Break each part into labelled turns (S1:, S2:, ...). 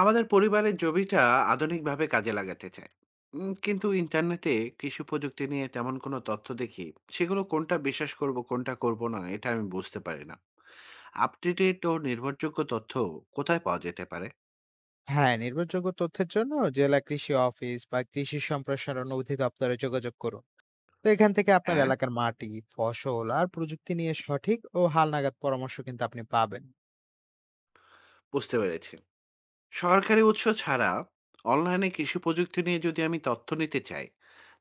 S1: আমাদের পরিবারের জমিটা আধুনিকভাবে কাজে লাগাতে চায়। কিন্তু ইন্টারনেটে কৃষি প্রযুক্তি নিয়ে তেমন কোনো তথ্য দেখি, সেগুলো কোনটা বিশ্বাস করব কোনটা করব না এটা আমি বুঝতে পারি না। আপডেটেড ও নির্ভরযোগ্য তথ্য কোথায় পাওয়া যেতে পারে?
S2: হ্যাঁ, নির্ভরযোগ্য তথ্যের জন্য জেলা কৃষি অফিস বা কৃষি সম্প্রসারণ অধিদপ্তরে যোগাযোগ করুন। তো এখান থেকে আপনার
S1: হ্যাঁ,
S2: এলাকার মাটি, ফসল আর প্রযুক্তি নিয়ে সঠিক ও হালনাগাদ পরামর্শ কিন্তু আপনি পাবেন।
S1: বুঝতে পেরেছি। সরকারি উৎস ছাড়া অনলাইনে কৃষি প্রযুক্তি নিয়ে যদি আমি তথ্য নিতে চাই,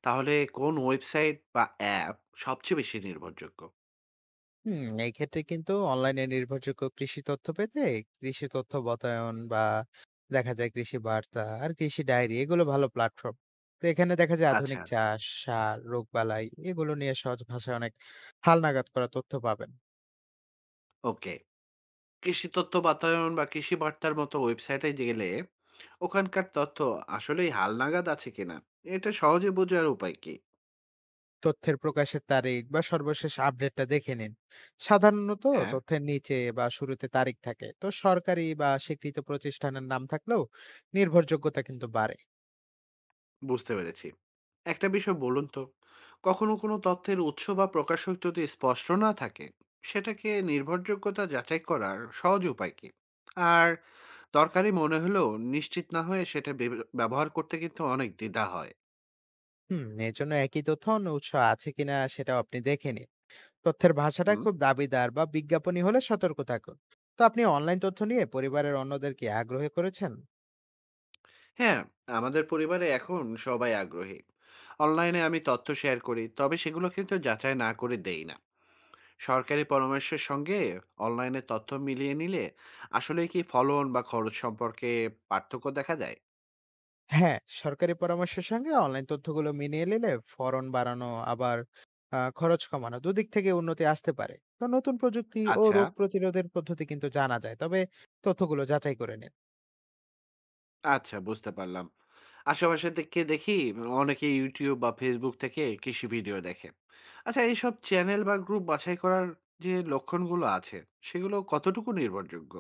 S1: তাহলে কোন ওয়েবসাইট বা অ্যাপ সবচেয়ে বেশি নির্ভরযোগ্য?
S2: হুম, এই ক্ষেত্রে কিন্তু অনলাইনে নির্ভরযোগ্য কৃষি তথ্য পেতে কৃষি তথ্য বাতায়ন বা দেখা যায় কৃষি বার্তা আর কৃষি ডায়েরি, এগুলো ভালো প্ল্যাটফর্ম। তো এখানে দেখা যায় আধুনিক
S1: আচ্ছা,
S2: চাষ, সার, রোগ বালাই এগুলো নিয়ে সহজ ভাষায় অনেক হালনাগাদ করা তথ্য পাবেন।
S1: ওকে। কৃষি তথ্য বাতায়ন বা কৃষি বার্তার মতো ওয়েবসাইটে গেলে ওখানকার তথ্য আসলেই হালনাগাদ আছে কিনা এটা সহজে বোঝার উপায় কি?
S2: তথ্যের প্রকাশের তারিখ বা সর্বশেষ আপডেটটা দেখে নিন। সাধারণত
S1: হ্যাঁ,
S2: তথ্যের নিচে বা শুরুতে তারিখ থাকে। তো সরকারি বা স্বীকৃত প্রতিষ্ঠানের নাম থাকলেও নির্ভরযোগ্যতা কিন্তু বাড়ে।
S1: বুঝতে পেরেছি। একটা বিষয় বলুন তো, কখনো কোনো তথ্যের উৎস বা প্রকাশক যদি স্পষ্ট না থাকে, সেটাকে নির্ভরযোগ্যতা যাচাই করার সহজ উপায় কি? আর দরকারি মনে হলেও নিশ্চিত না হয়ে সেটা ব্যবহার করতে কিন্তু অনেক দ্বিধা হয়।
S2: হুম, এর জন্য একই তথ্য অন্য উৎস আছে কিনা সেটাও আপনি দেখে নিন। তথ্যের ভাষাটা খুব দাবিদার বা বিজ্ঞাপনী হলে সতর্ক থাকুন। তো আপনি অনলাইন তথ্য নিয়ে পরিবারের অন্যদের কি আগ্রহী করেছেন?
S1: হ্যাঁ, আমাদের পরিবারে এখন সবাই আগ্রহী। অনলাইনে আমি তথ্য শেয়ার করি, তবে সেগুলো কিন্তু যাচাই না করে দেই না। সরকারি পরামর্শের সঙ্গে অনলাইনে তথ্য মিলিয়ে নিলে আসলে কি ফলন বা খরচ সম্পর্কে পার্থক্য দেখা যায়?
S2: হ্যাঁ, সরকারি পরামর্শের সঙ্গে অনলাইন তথ্যগুলো মিলিয়ে নিলে ফলন বাড়ানো, আবার খরচ কমানো দুদিক থেকে উন্নতি আসতে পারে। তো নতুন প্রযুক্তি ও
S1: আচ্ছা,
S2: রোগ প্রতিরোধের পদ্ধতি কিন্তু জানা যায়। তবে তথ্যগুলো যাচাই করে নিন।
S1: আচ্ছা, বুঝতে পারলাম। আশেপাশে থেকে দেখি অনেকে YouTube বা Facebook থেকে কৃষি ভিডিও দেখে। আচ্ছা, এইসব চ্যানেল বা গ্রুপ বাছাই করার যে লক্ষণগুলো আছে, সেগুলো কতটুকু নির্ভরযোগ্য?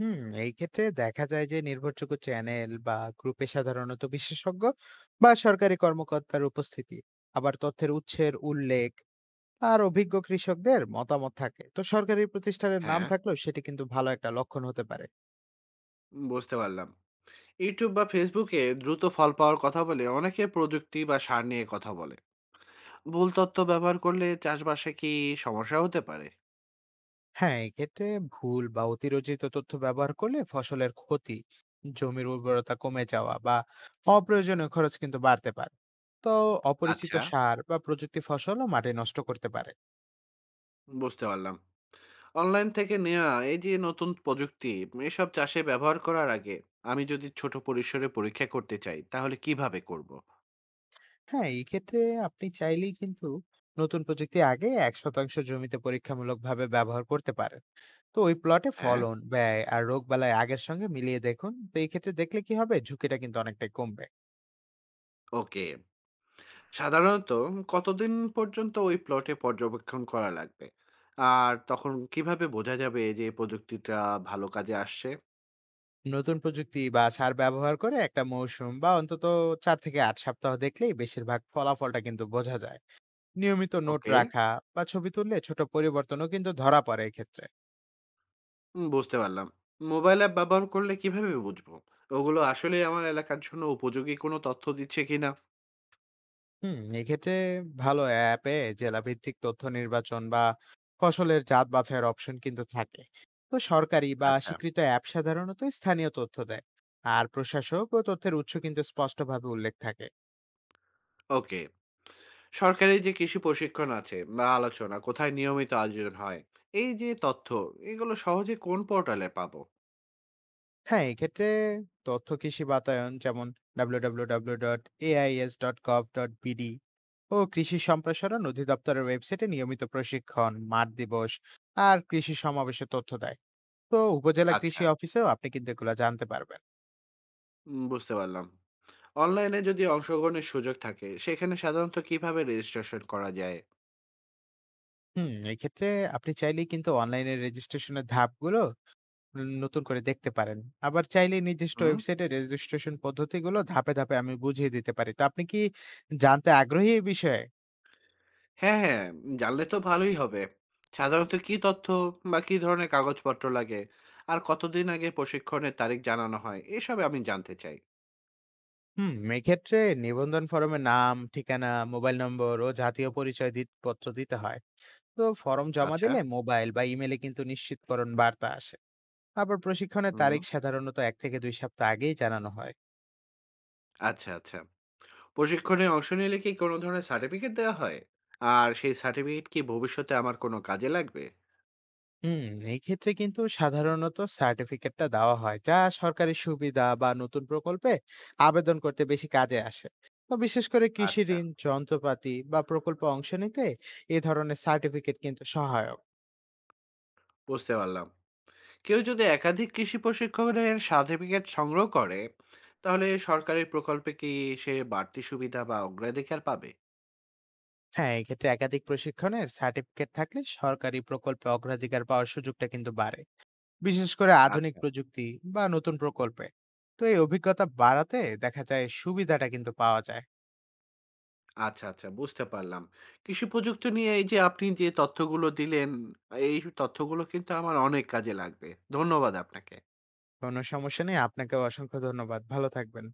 S2: হুম, এই ক্ষেত্রে দেখা যায় যে নির্ভরযোগ্য চ্যানেল বা গ্রুপে সাধারণত বিশেষজ্ঞ বা সরকারি কর্মকর্তার উপস্থিতি, আবার তথ্যের উৎসের উল্লেখ, আর অভিজ্ঞ কৃষকদের মতামত থাকে। তো সরকারি প্রতিষ্ঠানের নাম
S1: হ্যাঁ,
S2: থাকলেও সেটি কিন্তু ভালো একটা লক্ষণ হতে পারে।
S1: বুঝতে পারলাম। ইউটিউব বা ফেসবুকে দ্রুত ফল পাওয়ার কথা বলে অনেকে প্রযুক্তি বা সার নিয়ে কথা বলে। ভুল তথ্য ব্যবহার করলে চাষবাসে কি সমস্যা হতে পারে?
S2: হ্যাঁ, এক্ষেত্রে ভুল বা অতিরঞ্জিত তথ্য ব্যবহার করলে ফসলের ক্ষতি, জমির উর্বরতা কমে যাওয়া বা অপ্রয়োজনীয় খরচ কিন্তু বাড়তে পারে। তো অপরিচিত
S1: আচ্ছা,
S2: সার বা প্রযুক্তি ফসলও মাটি নষ্ট করতে পারে।
S1: বুঝতে পারলাম। অনলাইন থেকে নেওয়া এই যে নতুন প্রযুক্তি এসব চাষে ব্যবহার করার আগে আমি যদি ছোট পরিসরে পরীক্ষা করতে চাই তাহলে কিভাবে করব?
S2: হ্যাঁ, এই ক্ষেত্রে আপনি চাইলেই কিন্তু নতুন প্রযুক্তি আগে ১% জমিতে পরীক্ষামূলকভাবে ব্যবহার করতে পারেন। তো ওই প্লটে
S1: হ্যাঁ,
S2: ফলন, ব্যয় আর রোগবালাই আগের সঙ্গে মিলিয়ে দেখুন। তো এই ক্ষেত্রে দেখলে কি হবে? ঝুঁকিটা কিন্তু অনেকটাই কমবে।
S1: ওকে। সাধারণত কতদিন পর্যন্ত ওই প্লটে পর্যবেক্ষণ করা লাগবে? আর তখন কিভাবে বোঝা যাবে যে এই প্রযুক্তিটা ভালো কাজে আসছে?
S2: নতুন প্রযুক্তি বা সার ব্যবহার করে একটা মৌসুম বা অন্তত ৪ থেকে ৮ সপ্তাহ দেখলেই বেশিরভাগ ফলাফলটা কিন্তু বোঝা যায়। নিয়মিত নোট
S1: ওকে।
S2: রাখা বা ছবি তুললে ছোট পরিবর্তনও কিন্তু ধরা পড়ে এক্ষেত্রে।
S1: হুম, বুঝতে পারলাম। মোবাইল অ্যাপ ব্যবহার করলে কিভাবে বুঝবো ওগুলো আসলেই আমার এলাকার জন্য উপযোগী কোনো তথ্য দিচ্ছে কিনা?
S2: হুম, এক্ষেত্রে ভালো অ্যাপে জেলাভিত্তিক তথ্য নির্বাচন বা ফসলের জাত বাছাইয়ের অপশন কিন্তু থাকে। তো সরকারি বা
S1: আচ্ছা।
S2: স্বীকৃত অ্যাপ সাধারণত স্থানীয় তথ্য দেয়, আর প্রশাসক ও তথ্যের উৎস কিন্তু স্পষ্টভাবে উল্লেখ থাকে।
S1: ওকে। সরকারি যে কৃষি প্রশিক্ষণ আছে বা আলোচনা কোথায় নিয়মিত আয়োজন হয়, এই যে তথ্য এগুলো সহজে কোন পোর্টালে পাবো?
S2: হ্যাঁ, এক্ষেত্রে তথ্য কৃষি বাতায়ন যেমন www.ais.gov.bd ও কৃষি সম্প্রসারণ অধিদপ্তরের ওয়েবসাইটে নিয়মিত প্রশিক্ষণ, মাঠ দিবস আর কৃষি সমাবেশের তথ্য দেয়। তো উপজেলা
S1: আচ্ছা।
S2: কৃষি অফিসেও আপনি কিন্তু এগুলো জানতে পারবেন।
S1: বুঝতে পারলাম। অনলাইনে যদি অংশগ্রহণের সুযোগ থাকে, সেখানে সাধারণত কিভাবে রেজিস্ট্রেশন করা যায়?
S2: হুম, এক্ষেত্রে আপনি চাইলেই কিন্তু অনলাইনে রেজিস্ট্রেশনের ধাপগুলো নতুন করে দেখতে পারেন। আবার চাইলে নির্দিষ্ট
S1: হুম?
S2: ওয়েবসাইটে রেজিস্ট্রেশন পদ্ধতিগুলো ধাপে ধাপে আমি বুঝিয়ে দিতে পারি। তো আপনি কি জানতে আগ্রহী এই বিষয়ে?
S1: হ্যাঁ, হ্যাঁ, জানলে তো ভালোই হবে। সাধারণত কি তথ্য বা কি ধরনের কাগজপত্র লাগে? আর কতদিন আগে প্রশিক্ষণের তারিখ জানানো হয়? এসব আমি জানতে চাই।
S2: হুম, এক্ষেত্রে নিবন্ধন ফর্মে নাম, ঠিকানা, মোবাইল নম্বর ও জাতীয় পরিচয় পত্র দিতে হয়। তো ফর্ম জমা
S1: আচ্ছা,
S2: দিলে মোবাইল বা ইমেলে কিন্তু নিশ্চিতকরণ বার্তা আসে। আবার প্রশিক্ষণের
S1: হুম,
S2: তারিখ সাধারণত ১ থেকে ২ সপ্তাহ আগেই জানানো হয়।
S1: আচ্ছা, আচ্ছা। প্রশিক্ষণে অংশ নিলে কি কোনো ধরনের সার্টিফিকেট দেওয়া হয়? আর সেই সার্টিফিকেট কি ভবিষ্যতে আমার কোনো কাজে লাগবে?
S2: হুম, এই ক্ষেত্রে কিন্তু সাধারণত সার্টিফিকেটটা দেওয়া হয়, যা সরকারি সুবিধা বা নতুন প্রকল্পে আবেদন করতে বেশি কাজে আসে। তো বিশেষ করে কৃষি
S1: আচ্ছা,
S2: ঋণ, যন্ত্রপাতি বা প্রকল্পে অংশ নিতে এ ধরনের সার্টিফিকেট কিন্তু সহায়ক।
S1: বুঝতে পারলাম। কেউ যদি একাধিক কৃষি প্রশিক্ষণের সার্টিফিকেট সংগ্রহ করে, তাহলে সরকারি প্রকল্পে কি সে বাড়তি সুবিধা বা অগ্রাধিকার পাবে?
S2: হ্যাঁ, এক্ষেত্রে একাধিক প্রশিক্ষণের সার্টিফিকেট থাকলে সরকারি প্রকল্পে অগ্রাধিকার পাওয়ার সুযোগটা কিন্তু বাড়ে, বিশেষ করে আধুনিক
S1: আচ্ছা।
S2: প্রযুক্তি বা নতুন প্রকল্পে। তো এই অভিজ্ঞতা বাড়াতে দেখা যায় সুবিধাটা কিন্তু পাওয়া যায়।
S1: আচ্ছা, আচ্ছা, বুঝতে পারলাম। কৃষি প্রযুক্তি নিয়ে এই যে আপনি যে তথ্যগুলো দিলেন, এই তথ্যগুলো কিন্তু আমার অনেক কাজে লাগবে। ধন্যবাদ আপনাকে।
S2: কোনো সমস্যা নেই, আপনাকেও অসংখ্য ধন্যবাদ। ভালো থাকবেন।